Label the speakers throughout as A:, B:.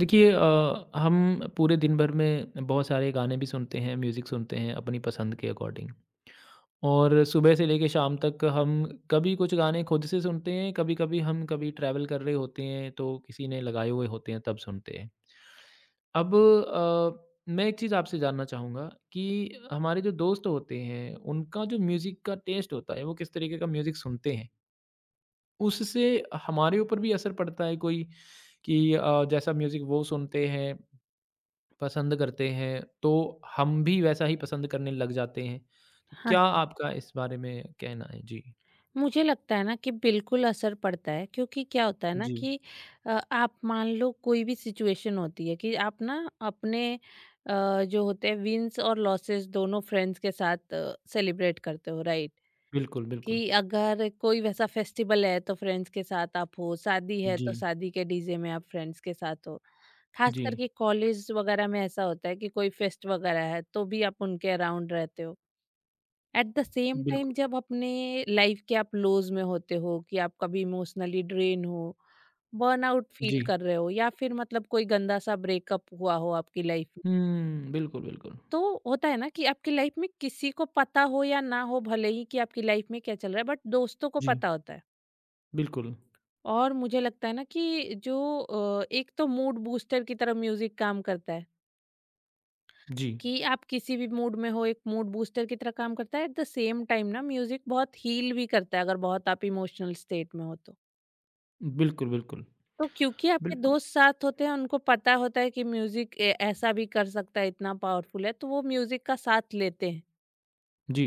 A: देखिए हम पूरे दिन भर में बहुत सारे गाने भी सुनते हैं, म्यूज़िक सुनते हैं अपनी पसंद के अकॉर्डिंग। और सुबह से लेके शाम तक हम कभी कुछ गाने खुद से सुनते हैं, कभी-कभी हम कभी ट्रैवल कर रहे होते हैं तो किसी ने लगाए हुए होते हैं तब सुनते हैं। अब मैं एक चीज़ आपसे जानना चाहूँगा कि हमारे जो दोस्त होते हैं, उनका जो म्यूज़िक का टेस्ट होता है, वो किस तरीके का म्यूज़िक सुनते हैं? उससे हमारे ऊपर भी असर पड़ता है कोई कि जैसा म्यूज़िक वो सुनते हैं पसंद करते हैं, तो हम भी वैसा ही पसंद करने लग जाते हैं। तो
B: हाँ
A: क्या
B: जी।
A: आपका इस बारे में कहना है? जी,
B: मुझे लगता है ना कि बिल्कुल असर पड़ता है क्योंकि क्या होता है ना
A: जी,
B: कि आप मान लो कोई भी सिचुएशन होती है कि आप ना अपने जो होते हैं विंस और लॉसेस दोनों फ्रेंड्स के साथ सेलिब्रेट करते हो राइट
A: बिल्कुल, बिल्कुल।
B: कि अगर कोई वैसा फेस्टिवल है तो फ्रेंड्स के साथ आप हो, शादी है
A: जी,
B: तो शादी के डीजे में आप फ्रेंड्स के साथ हो, खास
A: जी,
B: करके कॉलेज वगैरह में ऐसा होता है कि कोई फेस्ट वगैरह है तो भी आप उनके अराउंड रहते हो। एट द सेम टाइम
A: बिल्कुल,
B: जब अपने लाइफ के आप लोज में होते हो कि आप कभी इमोशनली ड्रेन हो, बर्नआउट
A: जी।
B: फील कर रहे हो या फिर मतलब कोई गंदा सा ब्रेकअप हुआ हो आपकी लाइफ में,
A: हुँ, बिल्कुल, बिल्कुल।
B: तो होता है ना कि आपकी लाइफ में किसी को पता हो या ना हो भले ही कि आपकी लाइफ में क्या चल रहा है, बट दोस्तों को
A: जी,
B: पता होता है।
A: बिल्कुल,
B: और मुझे लगता है ना कि जो एक तो मूड बूस्टर की तरह म्यूजिक काम करता है
A: जी,
B: कि आप किसी भी मूड में हो एक मूड बूस्टर की तरह काम करता है। एट द सेम टाइम ना म्यूजिक बहुत हील भी करता है अगर बहुत आप इमोशनल स्टेट में हो तो।
A: बिल्कुल, बिल्कुल,
B: तो क्योंकि आपके
A: बिल्कुल,
B: दोस्त साथ होते हैं उनको पता होता है कि म्यूजिक ऐसा भी कर सकता है, इतना पावरफुल है तो वो म्यूजिक का साथ लेते हैं।
A: जी।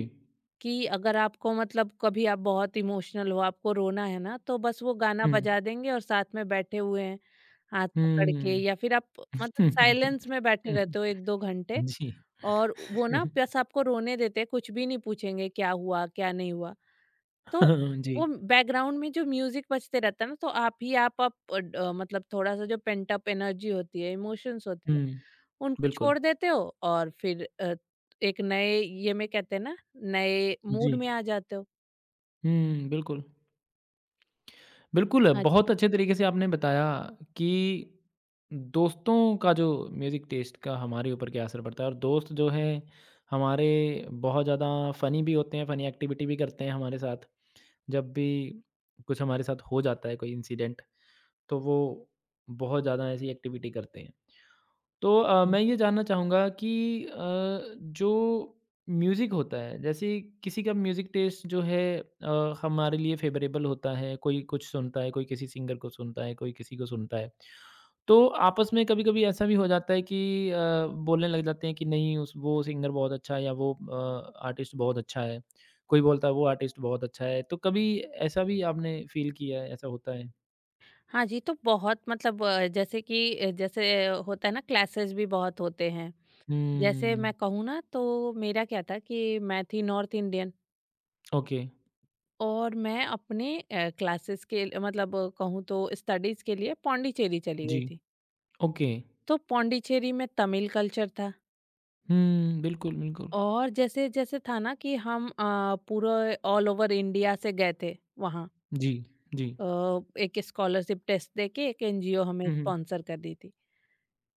B: कि अगर आपको मतलब कभी आप बहुत इमोशनल हो, आपको रोना है ना, तो बस वो गाना
A: हुँ,
B: बजा देंगे और साथ में बैठे हुए हैं, हाथ पकड़ के
A: हुँ।
B: या फिर आप मतलब साइलेंस में बैठे रहते हो 1-2 घंटे।
A: जी।
B: और वो ना बस आपको रोने देते हैं, कुछ भी नहीं पूछेंगे क्या हुआ, क्या नहीं हुआ। तो
A: हाँ, जी।
B: वो बैकग्राउंड में जो म्यूज़िक बजते रहता है ना, तो आप ही आप अ, ड अ, मतलब थोड़ा-सा जो पेंट अप एनर्जी होती है, इमोशंस होती है
A: हुँ,
B: उनको
A: बिल्कुल,
B: छोड़ देते हो और फिर एक नए ये में कहते हैं ना, नए
A: जी।
B: मूड में आ जाते हो।
A: हुँ, बिल्कुल। बिल्कुल,
B: हाँ जी,
A: बहुत अच्छे तरीके से आपने बताया कि दोस्तों का जो म्यूज़िक टेस्ट का हमारे ऊपर क्या असर पड़ता है और दोस्त जो हैं हमारे बहुत ज़्यादा फ़नी भी होते हैं, फ़नी एक्टिविटी भी करते हैं हमारे साथ। जब भी कुछ हमारे साथ हो जाता है कोई इंसिडेंट, तो वो बहुत ज़्यादा ऐसी एक्टिविटी करते हैं। तो मैं
B: जी।
A: ये जानना चाहूँगा कि जो म्यूज़िक होता है जैसे किसी का म्यूज़िक टेस्ट जो है हमारे लिए फ़ेवरेबल होता है, कोई कुछ सुनता है, कोई किसी सिंगर को सुनता है, कोई किसी को सुनता है। तो आपस में कभी-कभी ऐसा भी हो जाता है कि बोलने लग जाते हैं कि नहीं उस वो सिंगर बहुत अच्छा है या वो आर्टिस्ट बहुत अच्छा है। कोई बोलता है वो आर्टिस्ट बहुत अच्छा है। तो कभी ऐसा भी आपने फ़ील किया है, ऐसा होता है?
B: हाँ जी, तो बहुत मतलब जैसे कि जैसे होता है ना क्लासेस भी बहुत होते हैं। जैसे मैं
A: हुँ,
B: कहूँ ना तो मेरा क्या था कि मैं थी नॉर्थ इंडियन
A: ओके।
B: और मैं अपने क्लासेस के मतलब कहूँ तो स्टडीज़ के लिए पौंडीचेरी चली
A: जी,
B: गई थी।
A: ओके।
B: तो पौंडीचेरी में तमिल कल्चर था
A: हुँ, बिल्कुल, बिल्कुल।
B: और जैसे-जैसे था ना कि हम पूरे ऑल ओवर इंडिया से गए थे वहाँ।
A: जी, जी।
B: अ, एक स्कॉलरशिप टेस्ट देके एक एनजीओ हमें
A: हुँ, हुँ।
B: स्पॉन्सर कर दी थी।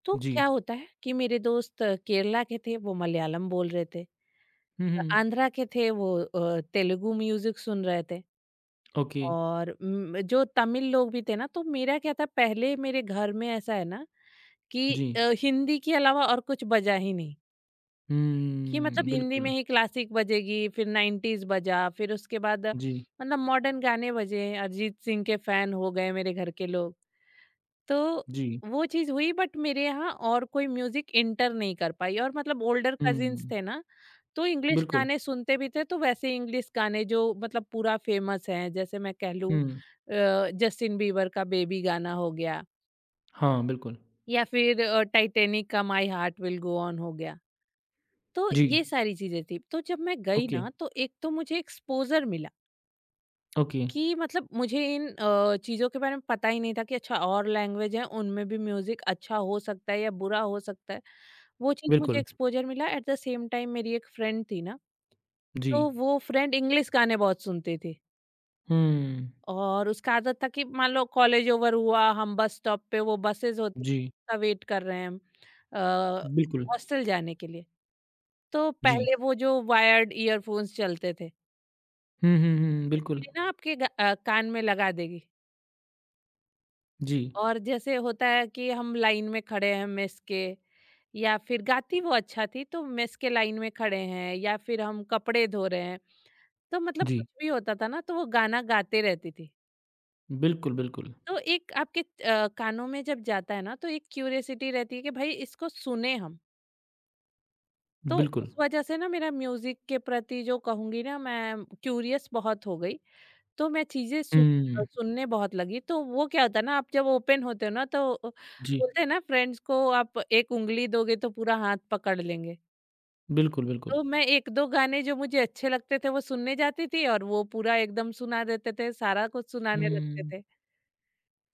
B: तो
A: जी।
B: क्या होता है कि मेरे दोस्त केरला के थे, वो मलयालम बोल रहे थे।
A: हुँ, हुँ।
B: आंध्रा के थे, वो तेलुगु म्यूज़िक सुन रहे थे
A: ओके।
B: और जो तमिल लोग भी थे ना, तो मेरा क्या था पहले मेरे घर में ऐसा है ना कि
A: जी।
B: हिंदी के अलावा और कुछ बजा ही नहीं, कि
A: हुँ,
B: मतलब हिंदी में
A: बिल्कुल।
B: ही क्लासिक बजेगी, फिर 90s बजा, फिर उसके बाद
A: जी,
B: मतलब मॉडर्न गाने बजे, अरिजीत सिंह के फैन हो गए मेरे घर के लोग। तो
A: जी।
B: वो चीज़ हुई, बट मेरे यहाँ और कोई म्यूज़िक एंटर नहीं कर पाई। और मतलब ओल्डर कज़िन्स
A: हुँ,
B: थे ना, तो इंग्लिश
A: बिल्कुल।
B: गाने सुनते भी थे, तो वैसे इंग्लिश गाने जो मतलब पूरा फ़ेमस हैं, जैसे मैं कह लूँ
A: हुँ,
B: जस्टिन बीबर का बेबी गाना हो गया
A: हाँ, बिल्कुल।
B: या फिर टाइटैनिक का my heart will go on हो गया। तो
A: जी,
B: ये सारी चीज़ें थी। तो जब मैं गई
A: ओके,
B: ना, तो एक तो मुझे एक्सपोज़र मिला।
A: ओके,
B: कि मतलब मुझे इन चीज़ों के बारे में पता ही नहीं था कि अच्छा और लैंग्वेज है उनमें भी म्यूजिक अच्छा हो सकता है या बुरा हो सकता है। वो चीज़ मुझे
A: बिल्कुल।
B: एक्सपोज़र मिला। एट द सेम टाइम मेरी एक फ्रेंड थी ना,
A: जी।
B: तो वो फ्रेंड इंग्लिश गाने बहुत सुनती थी
A: हुँ,
B: और उसका आदत था कि मान लो कॉलेज ओवर हुआ, हम बस स्टॉप पे वो बसेज़ होती हैं,
A: जी,
B: का वेट कर रहे हैं हम अ,
A: बिल्कुल।
B: हॉस्टल जाने के लिए। तो
A: जी।
B: पहले वो जो वायर्ड ईयरफ़ोन्स चलते थे,
A: हुँ, हुँ,
B: तो
A: हुँ, बिल्कुल।
B: सिंपली ना आपके कान में लगा देगी।
A: जी,
B: और जैसे होता है कि हम लाइन में खड़े हैं मेस के, या फिर गाती वो अच्छा थी तो मेस के लाइन में खड़े हैं या फिर हम कपड़े धो रहे हैं, तो मतलब
A: जी।
B: कुछ भी होता था ना तो वो गाना गाते रहती थी।
A: बिल्कुल, बिल्कुल,
B: तो एक आपके कानों में जब जाता है ना तो एक क्यूरियसिटी रहती है कि भाई इसको सुने हम। तो
A: बिल्कुल।
B: उस वजह से ना मेरा म्यूजिक के प्रति जो कहूंगी ना मैं क्यूरियस बहुत हो गई। तो मैं चीज़ें
A: हुँ,
B: सुनने बहुत लगी, तो वो क्या होता है ना आप जब ओपन होते हो ना तो
A: जी,
B: बोलते हैं ना फ्रेंड्स को, आप एक ऊँगली दोगे तो पूरा हाथ पकड़ लेंगे।
A: बिल्कुल, बिल्कुल।
B: तो मैं 1-2 गाने जो मुझे अच्छे लगते थे वो सुनने जाती थी और वो पूरा एकदम सुना देते थे, सारा कुछ सुनाने लगते
A: हुँ,
B: थे।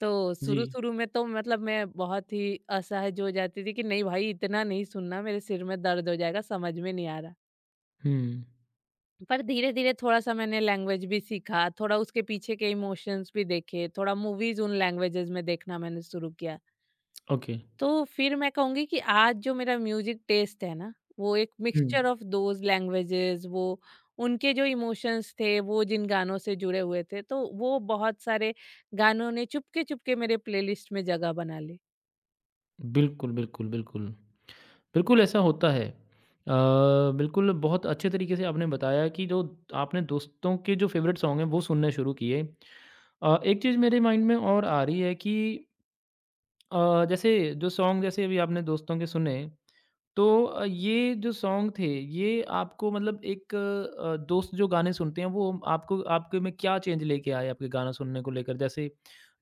B: तो
A: जी।
B: शुरू-शुरू में तो मतलब मैं बहुत ही असहज हो जाती थी कि नहीं भाई इतना नहीं सुनना, मेरे सिर में दर्द हो जाएगा, समझ में नहीं आ रहा।
A: हुँ,
B: पर धीरे-धीरे थोड़ा-सा मैंने लैंग्वेज भी सीखा, थोड़ा उसके पीछे के इमोशंस भी देखे, थोड़ा मूवीज़ उन लैंग्वेजेज़ में देखना मैंने शुरू किया।
A: ओके।
B: तो फिर मैं कहूँगी कि आज जो मेरा म्यूज़िक टेस्ट है ना, वो एक
A: हुँ।
B: मिक्सचर ऑफ दोज़ लैंग्वेजेज़, वो उनके जो इमोशंस थे, वो जिन गानों से जुड़े हुए थे, तो वो बहुत सारे गानों ने चुपके-चुपके मेरे प्लेलिस्ट में जगह बना ली।
A: बिल्कुल, बिल्कुल, बिल्कुल। बिल्कुल, ऐसा होता है। बिल्कुल बहुत अच्छे तरीके से आपने बताया कि जो आपने दोस्तों के जो फ़ेवरेट सॉन्ग हैं वो सुनने शुरू किए। एक चीज़ मेरे माइंड में और आ रही है कि जैसे जो सॉन्ग जैसे अभी आपने दोस्तों के सुने, तो ये जो सॉन्ग थे, ये आपको मतलब एक दोस्त जो गाने सुनते हैं, वो आपको आपके में क्या चेंज लेके आए आपके गाना सुनने को लेकर? जैसे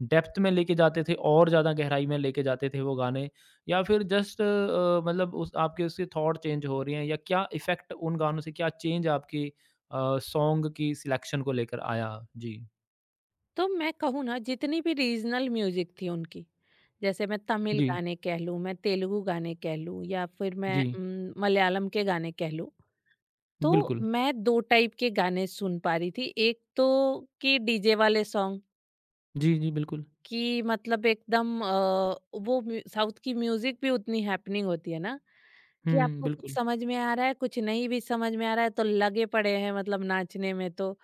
A: डेप्थ में लेके जाते थे और ज़्यादा गहराई में लेके जाते थे वो गाने या फिर जस्ट मतलब उस आपके उसके थॉट चेंज हो रहे हैं या क्या इफ़ेक्ट उन गानों से क्या चेंज आपकी सॉन्ग की सिलेक्शन को लेकर आया? जी।
B: तो मैं कहूँ ना जितनी भी रीजनल म्यूजिक थी उनकी, जैसे मैं तमिल
A: जी,
B: गाने कह लूँ, मैं तेलुगु गाने कह लूँ, या फिर मैं
A: जी।
B: मलयालम के गाने कह लूँ, तो
A: बिल्कुल।
B: मैं दो टाइप के गाने सुन पा रही थी। एक तो कि डीजे वाले सॉन्ग,
A: जी, जी, बिल्कुल।
B: कि मतलब एकदम साउथ की म्यूजिक भी उतनी हैपनिंग होती है ना कि
A: हुँ,
B: आपको कुछ
A: बिल्कुल।
B: समझ में आ रहा है, कुछ नहीं भी समझ में आ रहा है तो लगे पड़े हैं मतलब नाचने में, तो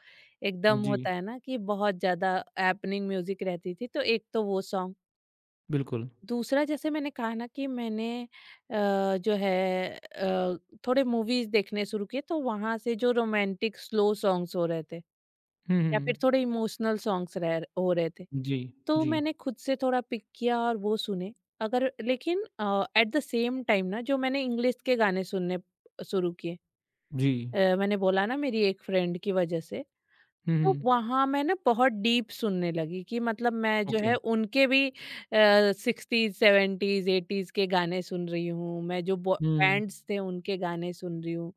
B: एकदम
A: जी,
B: होता है ना कि बहुत ज़्यादा हैपनिंग म्यूज़िक रहती थी, तो एक तो वो सॉन्ग।
A: बिल्कुल।
B: दूसरा जैसे मैंने कहा ना कि मैंने अ, जो है अ, थोड़े मूवीज़ देखने शुरू किए तो वहाँ से जो रोमांटिक स्लो सॉन्ग्स हो रहे थे
A: हुँ,
B: या
A: हुँ।
B: फिर थोड़े इमोशनल सॉन्ग्स रह हो रहे थे,
A: जी,
B: तो
A: जी,
B: मैंने खुद से थोड़ा पिक किया और वो सुने। अगर लेकिन एट द सेम टाइम ना जो मैंने इंग्लिश के गाने सुनने शुरू किए,
A: जी।
B: मैंने बोला ना मेरी एक फ्रेंड की वजह से,
A: हुँ,
B: तो
A: हुँ।
B: वहाँ मैं ना बहुत डीप सुनने लगी कि मतलब मैं जो
A: ओके।
B: है उनके भी 60s 70s 80s के गाने सुन रही हूँ, मैं जो बॉ
A: हुँ,
B: बैंड्स थे उनके गाने सुन रही हूँ,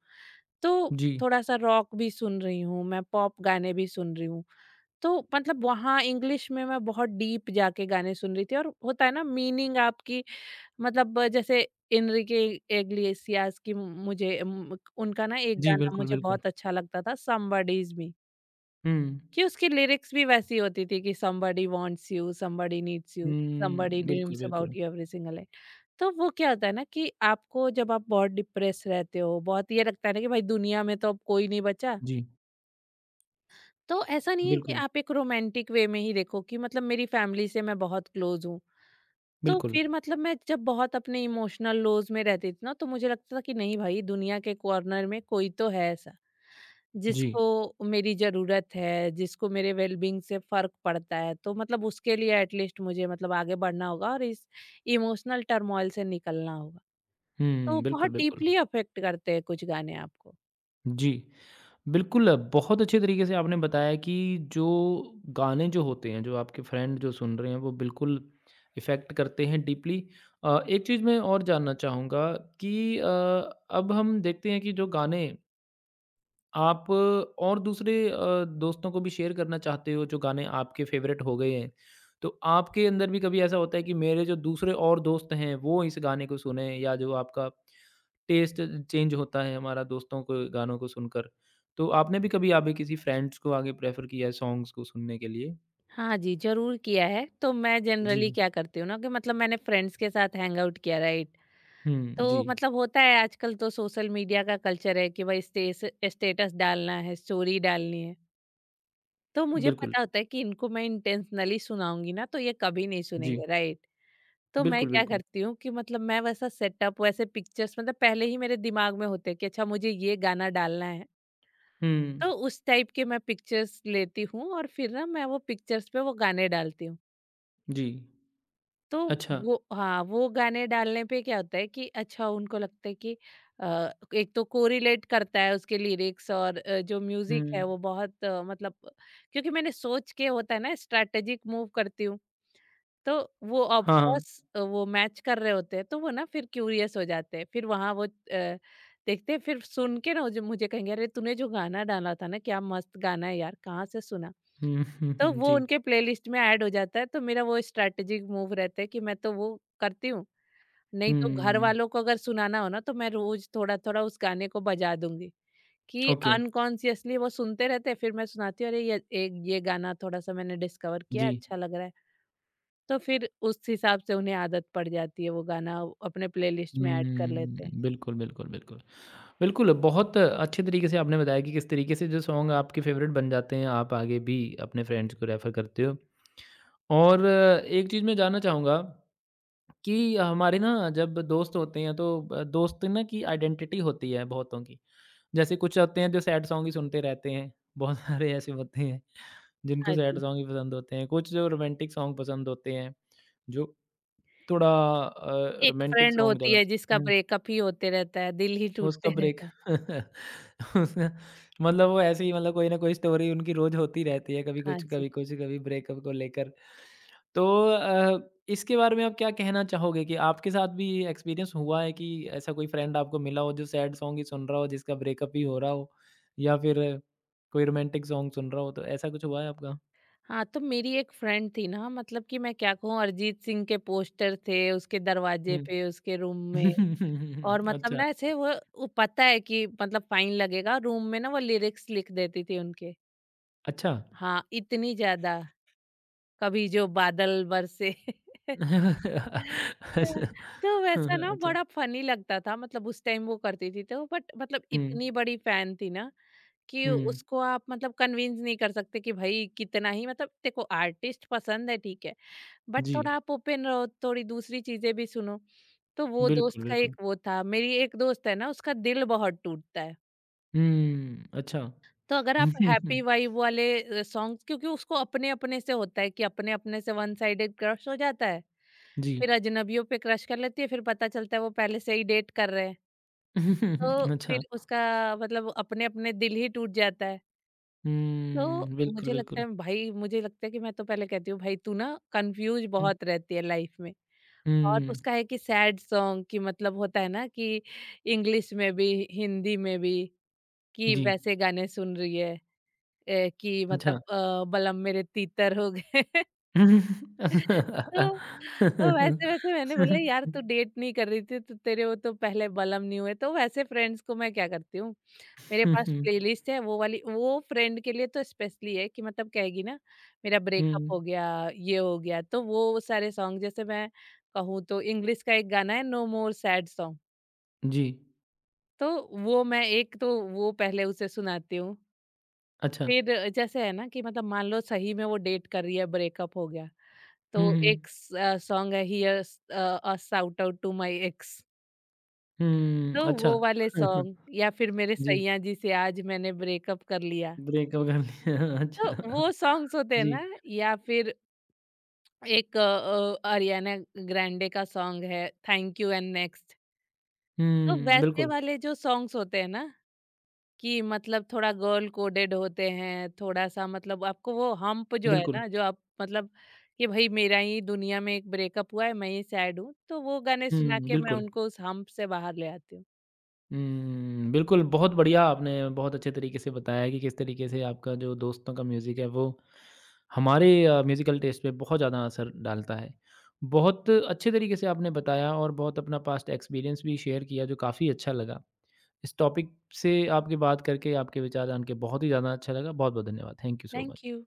B: तो
A: जी,
B: थोड़ा-सा रॉक भी सुन रही हूँ, मैं पॉप गाने भी सुन रही हूँ। तो मतलब वहाँ इंग्लिश में मैं बहुत डीप जाके गाने सुन रही थी और होता है ना मीनिंग आपकी मतलब जैसे एनरिके इग्लेसियास की मुझे म उनका ना एक
A: जी,
B: गाना
A: बिल्कुल,
B: मुझे
A: बिल्कुल।
B: बहुत अच्छा लगता था, समबडीज़ मी,
A: हुँ,
B: कि उसकी लिरिक्स भी वैसी होती थी कि somebody wants you, somebody needs you,
A: hmm,
B: somebody
A: बिल्कुल,
B: ड्रीम्स
A: बिल्कुल।
B: About you every single day. तो वो क्या होता है ना कि आपको जब आप बहुत डिप्रेस रहते हो, बहुत ये लगता है ना कि भाई दुनिया में तो अब कोई नहीं बचा,
A: जी,
B: तो ऐसा नहीं है कि
A: बिल्कुल,
B: आप एक रोमांटिक वे में ही देखो, कि मतलब मेरी फैमिली से मैं बहुत क्लोज़ हूँ। तो
A: बिल्कुल।
B: फिर मतलब मैं जब बहुत अपने इमोशनल लोज में रहती थी ना, तो मुझे लगता था कि नहीं भाई दुनिया के कॉर्नर में कोई तो है ऐसा,
A: जी,
B: जिसको मेरी ज़रूरत है, जिसको मेरे वेलबींग से फ़र्क पड़ता है। तो मतलब उसके लिए एटलीस्ट मुझे मतलब आगे बढ़ना होगा और इस इमोशनल टर्मॉइल से निकलना होगा। तो
A: हुँ, बिल्कुल,
B: बहुत
A: बिल्कुल।
B: डीपली अफ़ेक्ट करते हैं कुछ गाने आपको।
A: जी, बिल्कुल, बहुत अच्छे तरीके से आपने बताया कि जो गाने जो होते हैं, जो आपके फ्रेंड जो सुन रहे हैं, वो बिल्कुल इफ़ेक्ट करते हैं डीपली। एक चीज़ मैं और जानना चाहूँगा कि अब हम देखते हैं कि जो गाने आप और दूसरे दोस्तों को भी शेयर करना चाहते हो जो गाने आपके फेवरेट हो गए हैं, तो आपके अंदर भी कभी ऐसा होता है कि मेरे जो दूसरे और दोस्त हैं वो इस गाने को सुनें या जो आपका टेस्ट चेंज होता है हमारा दोस्तों को गानों को सुनकर, तो आपने भी कभी आगे किसी फ्रेंड्स को आगे प्रेफ़र किया है सॉन्ग्स को सुनने के लिए?
B: हाँ जी, ज़रूर किया है। तो मैं
A: जी।
B: जनरली क्या करती हूँ ना कि मतलब मैंने फ्रेंड्स के साथ हैंग आउट किया, राइट?
A: हुँ, जी,
B: तो मतलब होता है आजकल तो सोशल मीडिया का कल्चर है कि भाई स्टेस स्टेटस डालना है, स्टोरी डालनी है। तो मुझे
A: बिल्कुल।
B: पता होता है कि इनको मैं इंटेंशनली सुनाऊँगी ना तो ये कभी नहीं
A: जी।
B: सुनेंगे, राइट? तो मैं
A: बिल्कुल,
B: क्या
A: बिल्कुल।
B: करती हूँ कि मतलब मैं वैसा सेटअप वैसे पिक्चर्स मतलब पहले ही मेरे दिमाग में होते हैं कि अच्छा मुझे ये गाना डालना है।
A: हुँ,
B: तो उस टाइप के मैं पिक्चर्स लेती हूँ और फिर ना मैं वो पिक्चर्स पे वो गाने डालती हूँ।
A: जी,
B: तो
A: अच्छा।
B: वो हाँ, वो गाने डालने पे क्या होता है कि अच्छा उनको लगता है कि अ, एक तो कोरिलेट करता है उसके लिरिक्स और जो म्यूजिक
A: हुँ,
B: है वो बहुत मतलब क्योंकि मैंने सोच के होता है ना स्ट्रैटेजिक मूव करती हूँ। तो वो ऑफ
A: हाँ, हाँ। हुँ,
B: कोर्स वो मैच कर रहे होते हैं तो वो ना फिर क्यूरियस हो जाते हैं फिर वहाँ वो देखते हैं फिर सुन के ना मुझे मुझे कहेंगे अरे तूने जो गाना डाला था ना क्या मस्त गाना है यार कहाँ से सुना।
A: हुँ,
B: तो
A: हुँ,
B: वो
A: जी।
B: उनके प्लेलिस्ट में ऐड हो जाता है, तो मेरा वो स्ट्रैटेजिक मूव रहता है कि मैं तो वो करती हूँ, नहीं तो घर
A: हुँ,
B: वालों को अगर सुनाना हो ना तो मैं रोज़ थोड़ा-थोड़ा उस गाने को बजा दूँगी, कि
A: ओके,
B: अनकॉन्शियसली वो सुनते रहते हैं, फिर मैं सुनाती हूँ, अरे! ये गाना थोड़ा-सा मैंने डिस्कवर किया, है,
A: जी।
B: अच्छा लग रहा है। तो फिर उस हिसाब से उन्हें आदत पड़ जाती है, वो गाना अपने प्लेलिस्ट में ऐड कर लेते हैं।
A: हुँ, बिल्कुल, बिल्कुल, बिल्कुल। बिल्कुल, बहुत अच्छे तरीके से आपने बताया कि किस तरीके से जो सॉन्ग आपके फ़ेवरेट बन जाते हैं, आप आगे भी अपने फ्रेंड्स को रेफ़र करते हो। और एक चीज़ मैं जानना चाहूँगा कि हमारे ना जब दोस्त होते हैं तो ब दोस्त ना की आइडेंटिटी होती है बहुतों की। जैसे कुछ होते हैं जो सैड सॉन्ग ही सुनते रहते हैं, बहुत सारे ऐसे होते हैं जिनको
B: हाँ
A: सैड
B: जी।
A: सॉन्ग ही पसंद होते हैं, कुछ जो रोमांटिक सॉन्ग पसंद होते हैं, जो थोड़ा
B: एक
A: रोमांटिक
B: फ्रेंड
A: सॉन्ग
B: होती
A: ज़्यादा
B: है
A: पस
B: जिसका
A: हुँ।
B: ब्रेकअप ही होते रहता है, दिल ही
A: उसका
B: टूटते
A: ब्रेक
B: रहता है।
A: उसका मतलब वो ऐसे ही मतलब कोई ना कोई स्टोरी उनकी रोज़ होती रहती है, कभी
B: हाँ
A: कुछ,
B: जी।
A: कभी कुछ, कभी ब्रेकअप को लेकर। तो अ, इसके बारे में आप क्या कहना चाहोगे कि आपके साथ भी ये एक्सपीरियंस हुआ है कि ऐसा कोई फ्रेंड आपको मिला हो जो सैड सॉन्ग ही सुन रहा हो, जिसका ब्रेकअप ही हो रहा हो या फिर कोई रोमांटिक सॉन्ग सुन रहा हो, तो ऐसा कुछ हुआ है आपका?
B: हाँ, तो मेरी एक फ्रेंड थी ना मतलब कि मैं क्या कहूँ, अरिजीत सिंह के पोस्टर थे उसके दरवाजे
A: हुँ।
B: पे, उसके रूम में। और मतलब
A: अच्छा,
B: ना ऐसे वो पता है कि मतलब फाइन लगेगा रूम में ना वो लिरिक्स लिख देती थी उनके।
A: अच्छा।
B: हाँ, इतनी ज़्यादा। कभी जो बादल बरसे
A: अच्छा।
B: तो
A: हाँ,
B: वैसा
A: हाँ,
B: ना
A: अच्छा।
B: बड़ा फनी लगता था मतलब उस टाइम वो करती थी तो बट मतलब
A: हुँ,
B: इतनी बड़ी फैन थी ना कि
A: हुँ,
B: उसको आप मतलब कन्विंस नहीं कर सकते कि भाई कितना ही मतलब देखो आर्टिस्ट पसंद है ठीक है बट
A: जी।
B: थोड़ा आप ओपन रहो थोड़ी दूसरी चीजें भी सुनो। तो वो
A: बिल्कुल,
B: दोस्त का
A: बिल्कुल।
B: एक वो था। मेरी एक दोस्त है ना उसका दिल बहुत टूटता है
A: हुँ, अच्छा।
B: तो अगर आप हैप्पी वाइब वाले सॉन्ग्स, क्योंकि उसको अपने-अपने से होता है कि अपने-अपने से वन साइडेड क्रश हो जाता है।
A: जी।
B: फिर अजनबियों पे क्रश कर लेती है, फिर पता चलता है वो पहले से ही डेट कर रहे हैं। तो
A: अच्छा।
B: फिर उसका मतलब अपने-अपने दिल ही टूट जाता है। तो
A: हुँ, बिल्कुल,
B: मुझे लगता
A: बिल्कुल।
B: है भाई, मुझे लगता है कि मैं तो पहले कहती हूँ भाई तू ना कन्फ्यूज़
A: हुँ,
B: बहुत रहती है लाइफ़ में। और
A: हुँ,
B: उसका है कि सैड सॉन्ग कि मतलब होता है ना कि इंग्लिश में भी, हिंदी में भी कि
A: जी,
B: वैसे गाने सुन रही है। ए, कि
A: अच्छा।
B: मतलब बलम मेरे तीतर हो गए। तो
A: हुँ,
B: वैसे-वैसे मैंने बोला यार तू डेट नहीं कर रही थी तो तेरे वो तो पहले बलम नहीं हुए। तो वैसे फ्रेंड्स को मैं क्या करती हूँ, मेरे पास
A: हुँ,
B: प्लेलिस्ट है वो वाली वो फ्रेंड के लिए तो स्पेशली है कि मतलब कहेगी ना मेरा ब्रेकअप
A: हुँ,
B: हो गया ये हो गया तो वो सारे सॉन्ग जैसे मैं कहूँ तो इंग्लिश का एक गाना है नो मोर सैड सॉन्ग।
A: जी,
B: तो वो मैं एक तो वो पहले उसे सुनाती हूँ।
A: अच्छा।
B: फिर जैसे है ना कि मतलब मान लो सही में वो डेट कर रही है ब्रेकअप हो गया तो
A: हुँ, हुँ,
B: एक सॉन्ग है hear a shout out to my ex.
A: हुँ,
B: तो
A: अच्छा।
B: वो वाले सॉन्ग या फिर मेरे
A: जी,
B: सैया जी से आज मैंने ब्रेकअप कर लिया।
A: ब्रेकअप कर लिया,
B: तो
A: अच्छा।
B: वो सॉन्ग्स होते हैं
A: जी,
B: ना। या फिर एक अरियाना ग्रैंडे का सॉन्ग है थैंक यू एंड नेक्स्ट। तो
A: हुँ,
B: वैसे
A: बिल्कुल,
B: वाले जो सॉन्ग्स होते हैं ना कि मतलब थोड़ा गर्ल कोडेड होते हैं, थोड़ा सा मतलब आपको वो हम्प जो है
A: बिल्कुल।
B: ना, जो आप मतलब कि भई मेरा ही दुनिया में एक ब्रेकअप हुआ है, मैं ही सैड हूँ, तो वो गाने सुना
A: हुँ,
B: के मैं
A: बिल्कुल।
B: उनको उस हम्प से बाहर ले आती हूँ।
A: हुँ, बिल्कुल, बहुत बढ़िया आपने बहुत अच्छे तरीके से बताया कि किस तरीके से आपका जो दोस्तों का म्यूज़िक है वो हमारे म्यूज़िकल टेस्ट पे बहुत ज़्यादा असर डालता है। बहुत अच्छे तरीके से आपने बताया और बहुत अपना पास्ट एक्सपीरियंस भी शेयर किया जो काफ़ी अच्छा लगा। इस टॉपिक से आपकी बात करके, आपके विचार जान के बहुत ही ज़्यादा अच्छा लगा। बहुत-बहुत धन्यवाद। Thank you so
B: thank
A: much.
B: You.